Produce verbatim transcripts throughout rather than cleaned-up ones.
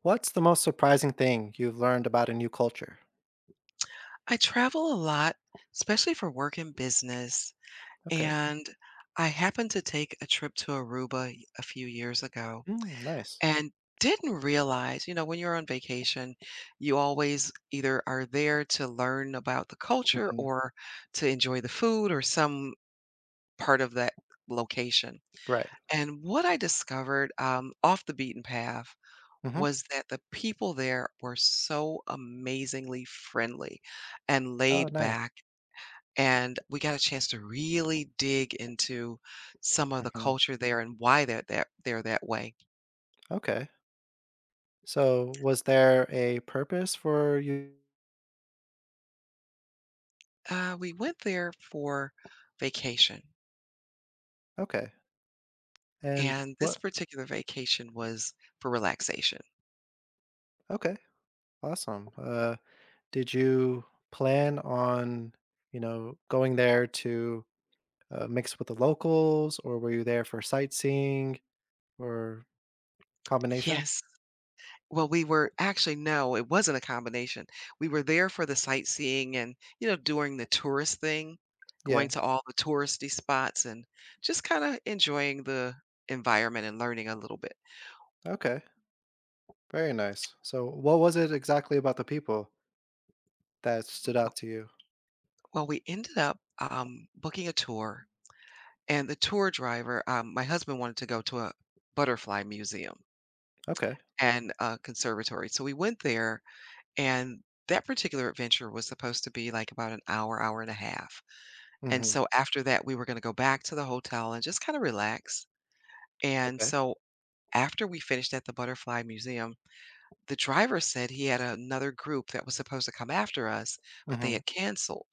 What's the most surprising thing you've learned about a new culture? I travel a lot, especially for work and business. Okay. And I happened to take a trip to Aruba y- a few years ago Mm, nice. and didn't realize, you know, when you're on vacation, you always either are there to learn about the culture Hmm. or to enjoy the food or some part of that location. Right. And what I discovered um, off the beaten path Hmm. was that the people there were so amazingly friendly and Oh, laid nice. back and we got a chance to really dig into some of the Hmm. culture there and why they're that they're that way. Okay. So, was there a purpose for you? Uh, we went there for vacation, Okay. And and this what? particular vacation was for relaxation. Okay. Awesome. Uh, did you plan on, you know, going there to uh, mix with the locals, or were you there for sightseeing, or combination? Yes. Well, we were actually no, it wasn't a combination. We were there for the sightseeing and, you know, doing the tourist thing, Yeah. going to all the touristy spots and just kind of enjoying the environment and learning a little bit. Okay. Very nice. So, what was it exactly about the people that stood out to you? Well, we ended up um, booking a tour, and the tour driver, um, my husband wanted to go to a butterfly museum Okay. and a conservatory. So we went there, and that particular adventure was supposed to be like about an hour, hour and a half. And Mhm. so after that, we were gonna go back to the hotel and just kinda relax. And Okay. so after we finished at the Butterfly Museum, the driver said he had another group that was supposed to come after us, but they Mhm. had canceled.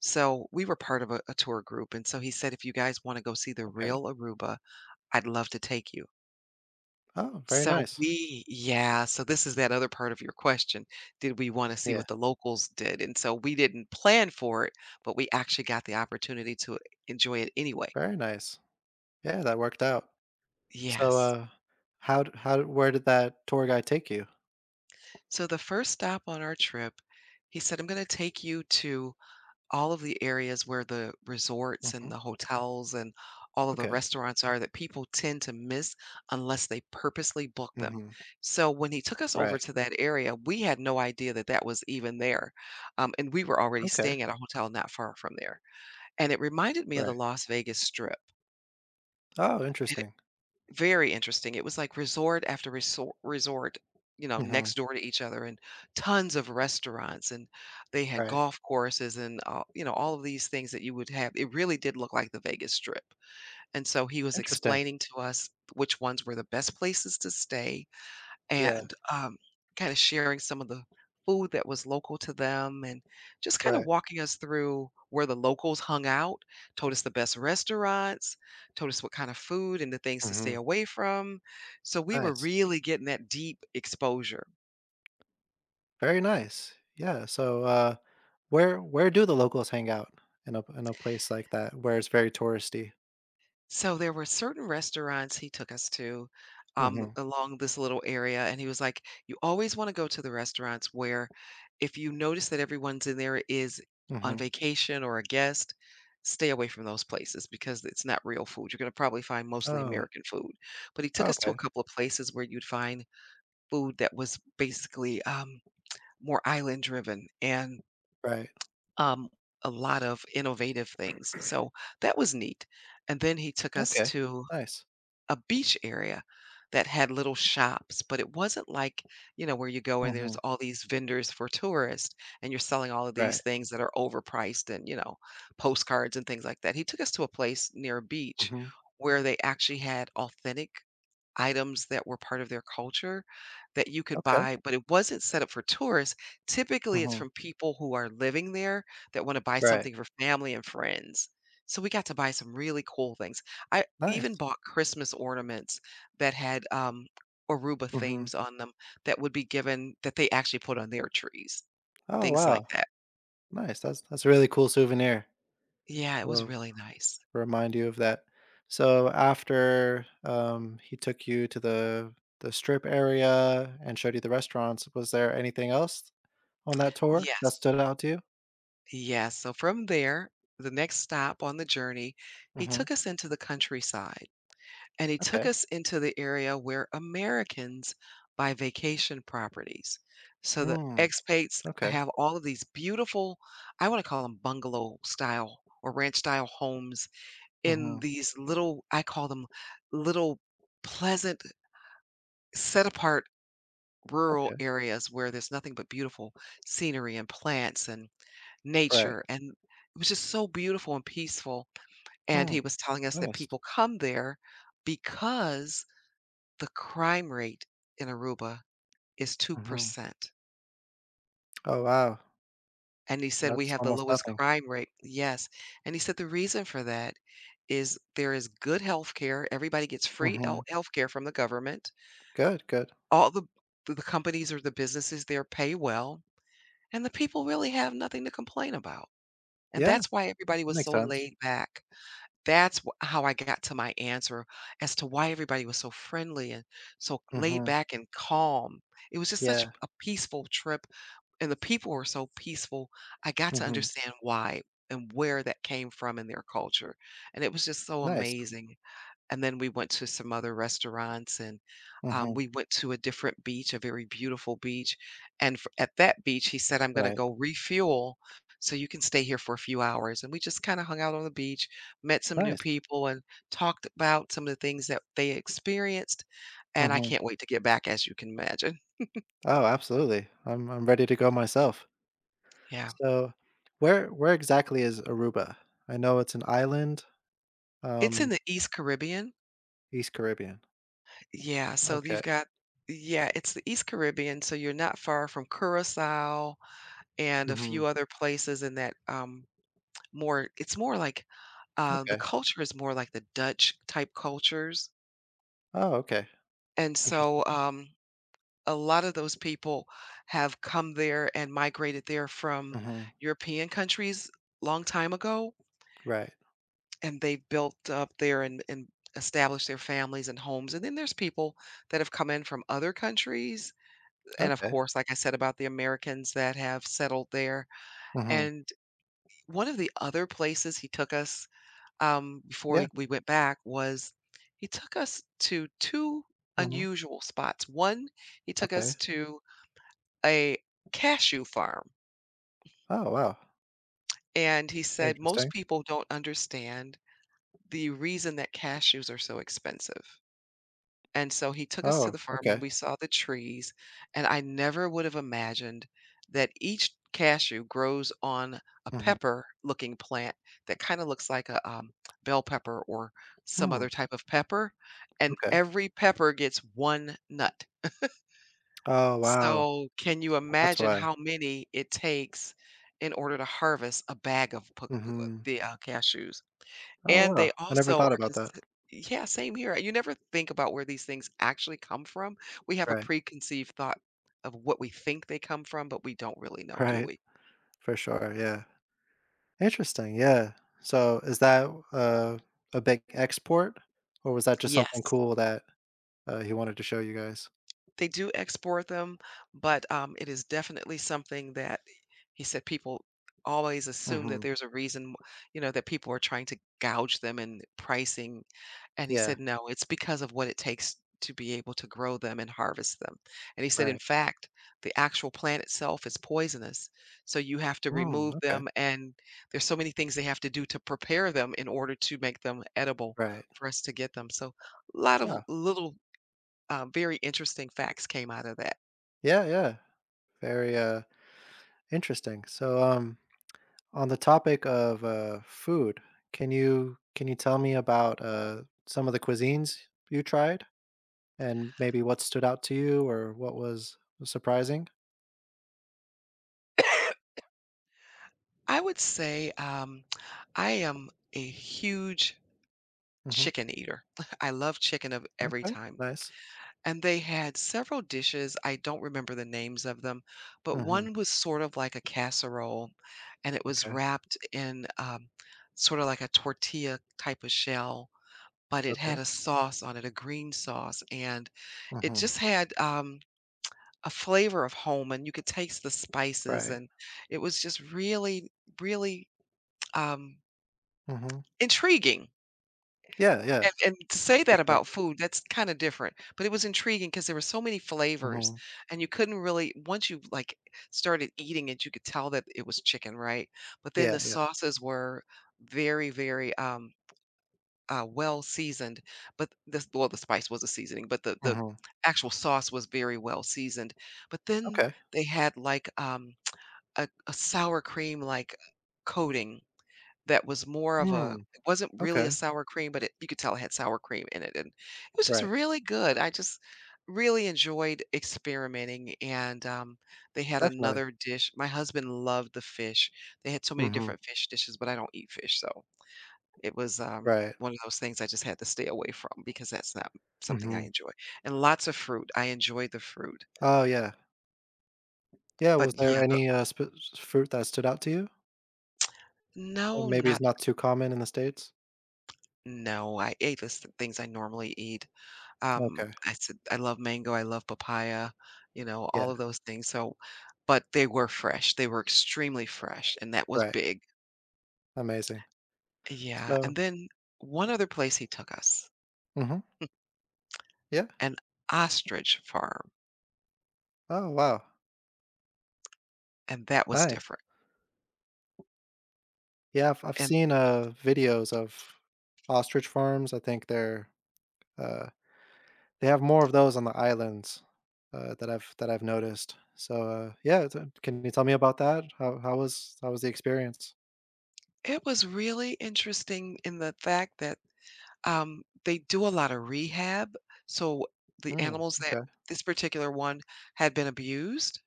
So we were part of a, a tour group. And so he said, if you guys want to go see the Okay. real Aruba, I'd love to take you. Oh, very So nice. we, yeah, so this is that other part of your question. Did we want to see Yeah, what the locals did? And so we didn't plan for it, but we actually got the opportunity to enjoy it anyway. very nice. Yeah, that worked out. So, Yes. uh, how d how d- where did that tour guide take you? So the first stop on our trip, he said, I'm going to take you to all of the areas where the resorts and Mhm. the hotels and all of the Okay. restaurants are that people tend to miss unless they purposely book them. Mhm. So when he took us over Right. to that area, we had no idea that that was even there. Um, and we were already Okay. staying at a hotel not far from there. And it reminded me of the Right. Las Vegas Strip. Oh, interesting. Very interesting. It was like resort after resort resort, you know, Mhm. next door to each other and tons of restaurants and they had Right. golf courses and uh, you know, all of these things that you would have. It really did look like the Vegas Strip. And so he was Interesting. explaining to us which ones were the best places to stay Yeah. and um, kind of sharing some of the food that was local to them and just kind of Right. walking us through where the locals hung out, told us the best restaurants, told us what kind of food and the things to stay Mhm. away from. So we were Nice. really getting that deep exposure. Very nice. Yeah, so, uh, where where do the locals hang out in a in a place like that where it's very touristy? So there were certain restaurants he took us to um, Mhm. along this little area, and he was like, "You always want to go to the restaurants where, if you notice that everyone's in there is on Mhm. vacation or a guest, stay away from those places because it's not real food. You're going to probably find mostly Oh, American food." But he took us to a okay. couple of places where you'd find food that was basically um, more island driven and Right. um, a lot of innovative things. So that was neat. And then he took us Okay, to nice. a beach area that had little shops, but it wasn't like, you know, where you go and there's Mhm, all these vendors for tourists and you're selling all of these right, things that are overpriced and, you know, postcards and things like that. He took us to a place near a beach mhm, where they actually had authentic items that were part of their culture that you could okay, buy, but it wasn't set up for tourists. Typically, it's mhm, from people who are living there that want to buy right, something for family and friends. So we got to buy some really cool things. I even nice, bought Christmas ornaments that had um, Aruba mhm. themes on them that would be given that they actually put on their trees, Oh, things like wow, that. nice, that's that's a really cool souvenir. Yeah, it was It'll really nice. remind you of that. So after, um, he took you to the the strip area and showed you the restaurants, was there anything else on that tour that Yes. stood out to you? Yes. So from there, the next stop on the journey, he Mhm, took us into the countryside, and he took okay, us into the area where Americans buy vacation properties. So the mm, expats okay, have all of these beautiful, I want to call them bungalow style or ranch style homes in mhm, these little, I call them little pleasant, set apart rural okay, areas where there's nothing but beautiful scenery and plants and right, nature. And it was just so beautiful and peaceful. And hmm, he was telling us that nice, people come there because the crime rate in Aruba is mhm. two percent. Oh, wow, And he said, "We that's have the almost lowest nothing. crime rate." Yes. And he said, "The reason for that is there is good healthcare. Everybody gets free el Mhm, healthcare from the government. good, good. All the the companies or the businesses there pay well, and the people really have nothing to complain about." And Yeah. that's why everybody That was makes so sense. laid back. That's wh How I got to my answer as to why everybody was so friendly and so laid Mhm. back and calm. It was just such Yeah. a peaceful trip, and the people were so peaceful. I got to Mhm. understand why and where that came from in their culture, and it was just so Nice. amazing. And then we went to some other restaurants, and, um, Mhm. we went to a different beach, a very beautiful beach, and f at that beach, he said, "I'm gonna Right. go refuel, so you can stay here for a few hours." And we just kinda hung out on the beach, met some new Nice. people, and talked about some of the things that they experienced, and I Mhm. can't wait to get back, as you can imagine. Oh, absolutely. I'm I'm ready to go myself. Yeah. So, where where exactly is Aruba? I know it's an island, It's um, in the East Caribbean. East Caribbean. Yeah, so you've Okay. got yeah, it's the East Caribbean, so you're not far from Curacao and a Mhm. few other places in that, um More it's more like, uh, the Okay. culture is more like the Dutch type cultures, Oh, okay. and Interesting. so, um, a lot of those people have come there and migrated there from Mhm. European countries long time ago, Right. and they've built up there and and established their families and homes, and then there's people that have come in from other countries, and of Okay. course, like I said about the Americans that have settled there, Mhm. and one of the other places he took us um, before we, Yeah. we went back was he took us to two Mhm. unusual spots. One, he took us Okay. to a cashew farm, Oh, wow. and he said most Interesting. people don't understand the reason that cashews are so expensive. And so he took us to Oh, the farm and okay. we saw the trees, and I never would have imagined that each cashew grows on a Mhm. pepper-looking plant that kinda looks like a, um, bell pepper or some Hmm. other type of pepper, and Okay. every pepper gets one nut. Oh, wow. So, can you That's imagine why. how many it takes in order to harvest a bag of p p Mhm. the, uh, cashews? Oh, And wow. they I never also thought are about that. consi Yeah, same here. You never think about where these things actually come from. We have a Right, preconceived thought of what we think they come from, but we don't really know, do right, we? for sure, yeah. Interesting, yeah. So is that, uh, a big export, or was that just something Yes, cool that, uh, he wanted to show you guys? they do export them, but, um, it is definitely something that he said people always assume that Mhm, there's a reason, you know, that people are trying to gouge them in pricing. And he yeah, said, "No, it's because of what it takes to be able to grow them and harvest them." And he said, "In right. fact, the actual plant itself is poisonous, so you have to Mm, remove okay, them, and there's so many things they have to do to prepare them in order to make them edible right, for us to get them." So, a lot of yeah. little, uh, very interesting facts came out of that. Yeah, yeah, very, uh, interesting. So, um, on the topic of, uh, food, can you can you tell me about, uh, some of the cuisines you tried and maybe what stood out to you or what was surprising? I would say, um, I am a huge Mhm, chicken eater. I love chicken of every okay, time. nice. And they had several dishes. I don't remember the names of them, but Mhm. one was sort of like a casserole, and it was Okay, wrapped in um, sort of like a tortilla type of shell, but it okay. had a sauce on it, a green sauce, and it Mhm, just had um, a flavor of home, and you could taste the spices, right. and it was just really, really, um, Mhm. intriguing. Yeah, yeah, And and to say for that sure. about food, that's kinda different, but it was intriguing because there were so many flavors, Mhm. and you couldn't really once you, like, started eating it, you could tell that it was chicken, right? But then Yeah, the yeah. sauces were very, very, um, uh, well seasoned, but this well, the spice was a seasoning, but the the Mhm. actual sauce was very well seasoned. But then Okay. they had, like, um, a a sour cream, like, coating. That was more of a Mm, it wasn't really a okay, sour cream, but it you could tell it had sour cream in it, and it was just right. really good. I just really enjoyed experimenting, and, um, they had Definitely. another dish my husband loved the fish. They had so many Mhm, different fish dishes, but I don't eat fish, so it was, um, right. one of those things I just had to stay away from because that's not something I Mhm. enjoy. And lots of fruit. I enjoyed the fruit. Oh, yeah. Yeah, But was there yeah any, uh, sp fruit that stood out to you that No, maybe is not not too common in the States? no, I ate the s things I normally eat. Um, Okay. I said I love mango, I love papaya, you know, Yeah, all of those things, so but they were fresh, they were extremely fresh, and that was right. big. Amazing. Yeah, So, and then one other place he took us, mhm, yeah. an ostrich farm, Oh, wow. and that was Nice. different, Yeah, I've I've and seen, uh, videos of ostrich farms. I think they're, uh they have more of those on the islands, uh, that I've that I've noticed. So, uh, yeah, t can you tell me about that? How how was how was the experience? it was really interesting in the fact that, um, they do a lot of rehab, so the Mm, animals that okay. this particular one had been abused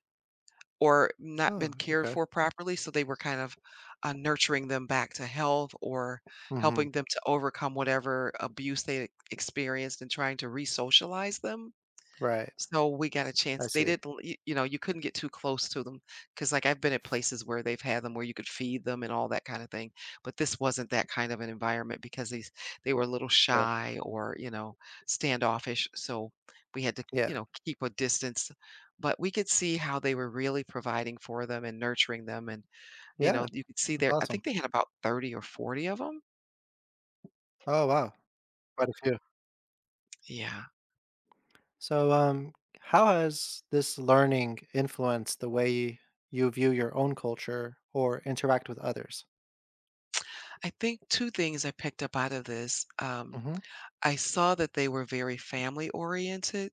or not Oh, been cared okay. for properly, so they were kind of, uh, nurturing them back to health or Mhm. helping them to overcome whatever abuse they experienced and trying to resocialize them. Right. So we got a I chance. They see. didn't, l- y- You know, you couldn't get too close to them because, like, I've been at places where they've had them where you could feed them and all that kind of thing. But this wasn't that kind of an environment because these they were a little Okay. shy or you know standoffish. So we had to, Yeah. you know, keep a distance. But we could see how they were really providing for them and nurturing them, and you Yeah, know, you could see that's there. I awesome. think they had about thirty or forty of them. Oh, wow. Quite a few. Yeah, So, um, how has this learning influenced the way you view your own culture or interact with others? I think two things I picked up out of this. Um, Mhm. I saw that they were very family oriented,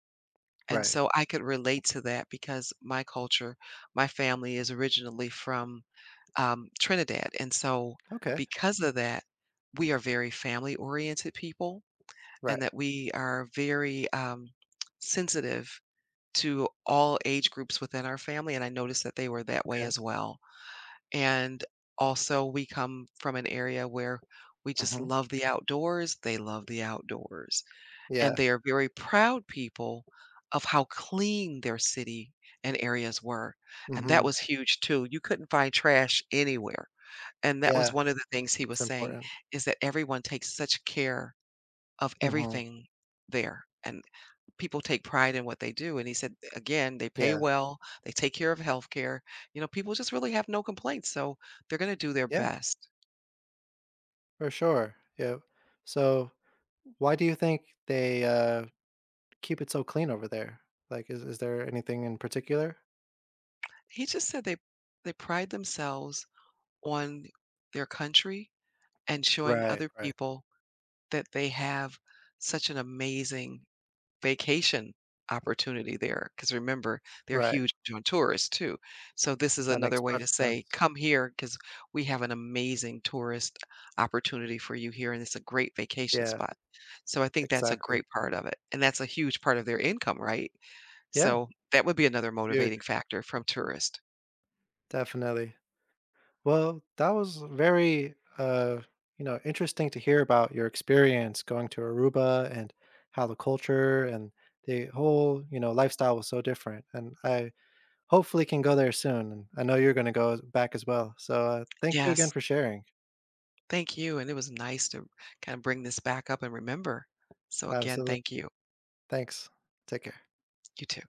and Right. so I could relate to that because my culture, my family is originally from um, Trinidad. And so, Okay. because of that, we are very family oriented people, Right. and that we are very um, sensitive to all age groups within our family. And I noticed that they were that way Okay. as well. And also, we come from an area where we just Mhm. love the outdoors, they love the outdoors and Yeah. they are very proud people of how clean their city and areas were, and that Mhm. was huge too. You couldn't find trash anywhere, and that was Yeah. one of the things he It's was saying, important. is that everyone takes such care of Mhm. everything there, and people take pride in what they do, and he said, again, they pay Yeah. well, they take care of healthcare, you know, people just really have no complaints, so they're gonna do their Yeah, best. for sure. Yeah. So, why do you think they uh, keep it so clean over there? Like, is, is there anything in particular? He just said they they pride themselves on their country and showing Right, other right, people that they have such an amazing vacation opportunity there, because remember, they're right. huge on tourists too. So this is That another makes way to perfect sense. say, "Come here," because we have an amazing tourist opportunity for you here, and it's a great vacation Yeah, spot." So I think that's a exactly. great part of it, and that's a huge part of their income, right? Yeah, So, that would be another dude, motivating factor from tourists. definitely. Well, that was very, uh, you know, interesting to hear about your experience going to Aruba and how the culture and the whole, you know, lifestyle was so different. And I hopefully can go there soon, and I know you're gonna go back as well. So, uh, thank you again Yes, for sharing. thank you, and it was nice to kind of bring this back up and remember. So, again, Absolutely. thank you. Thanks. Take care. You too.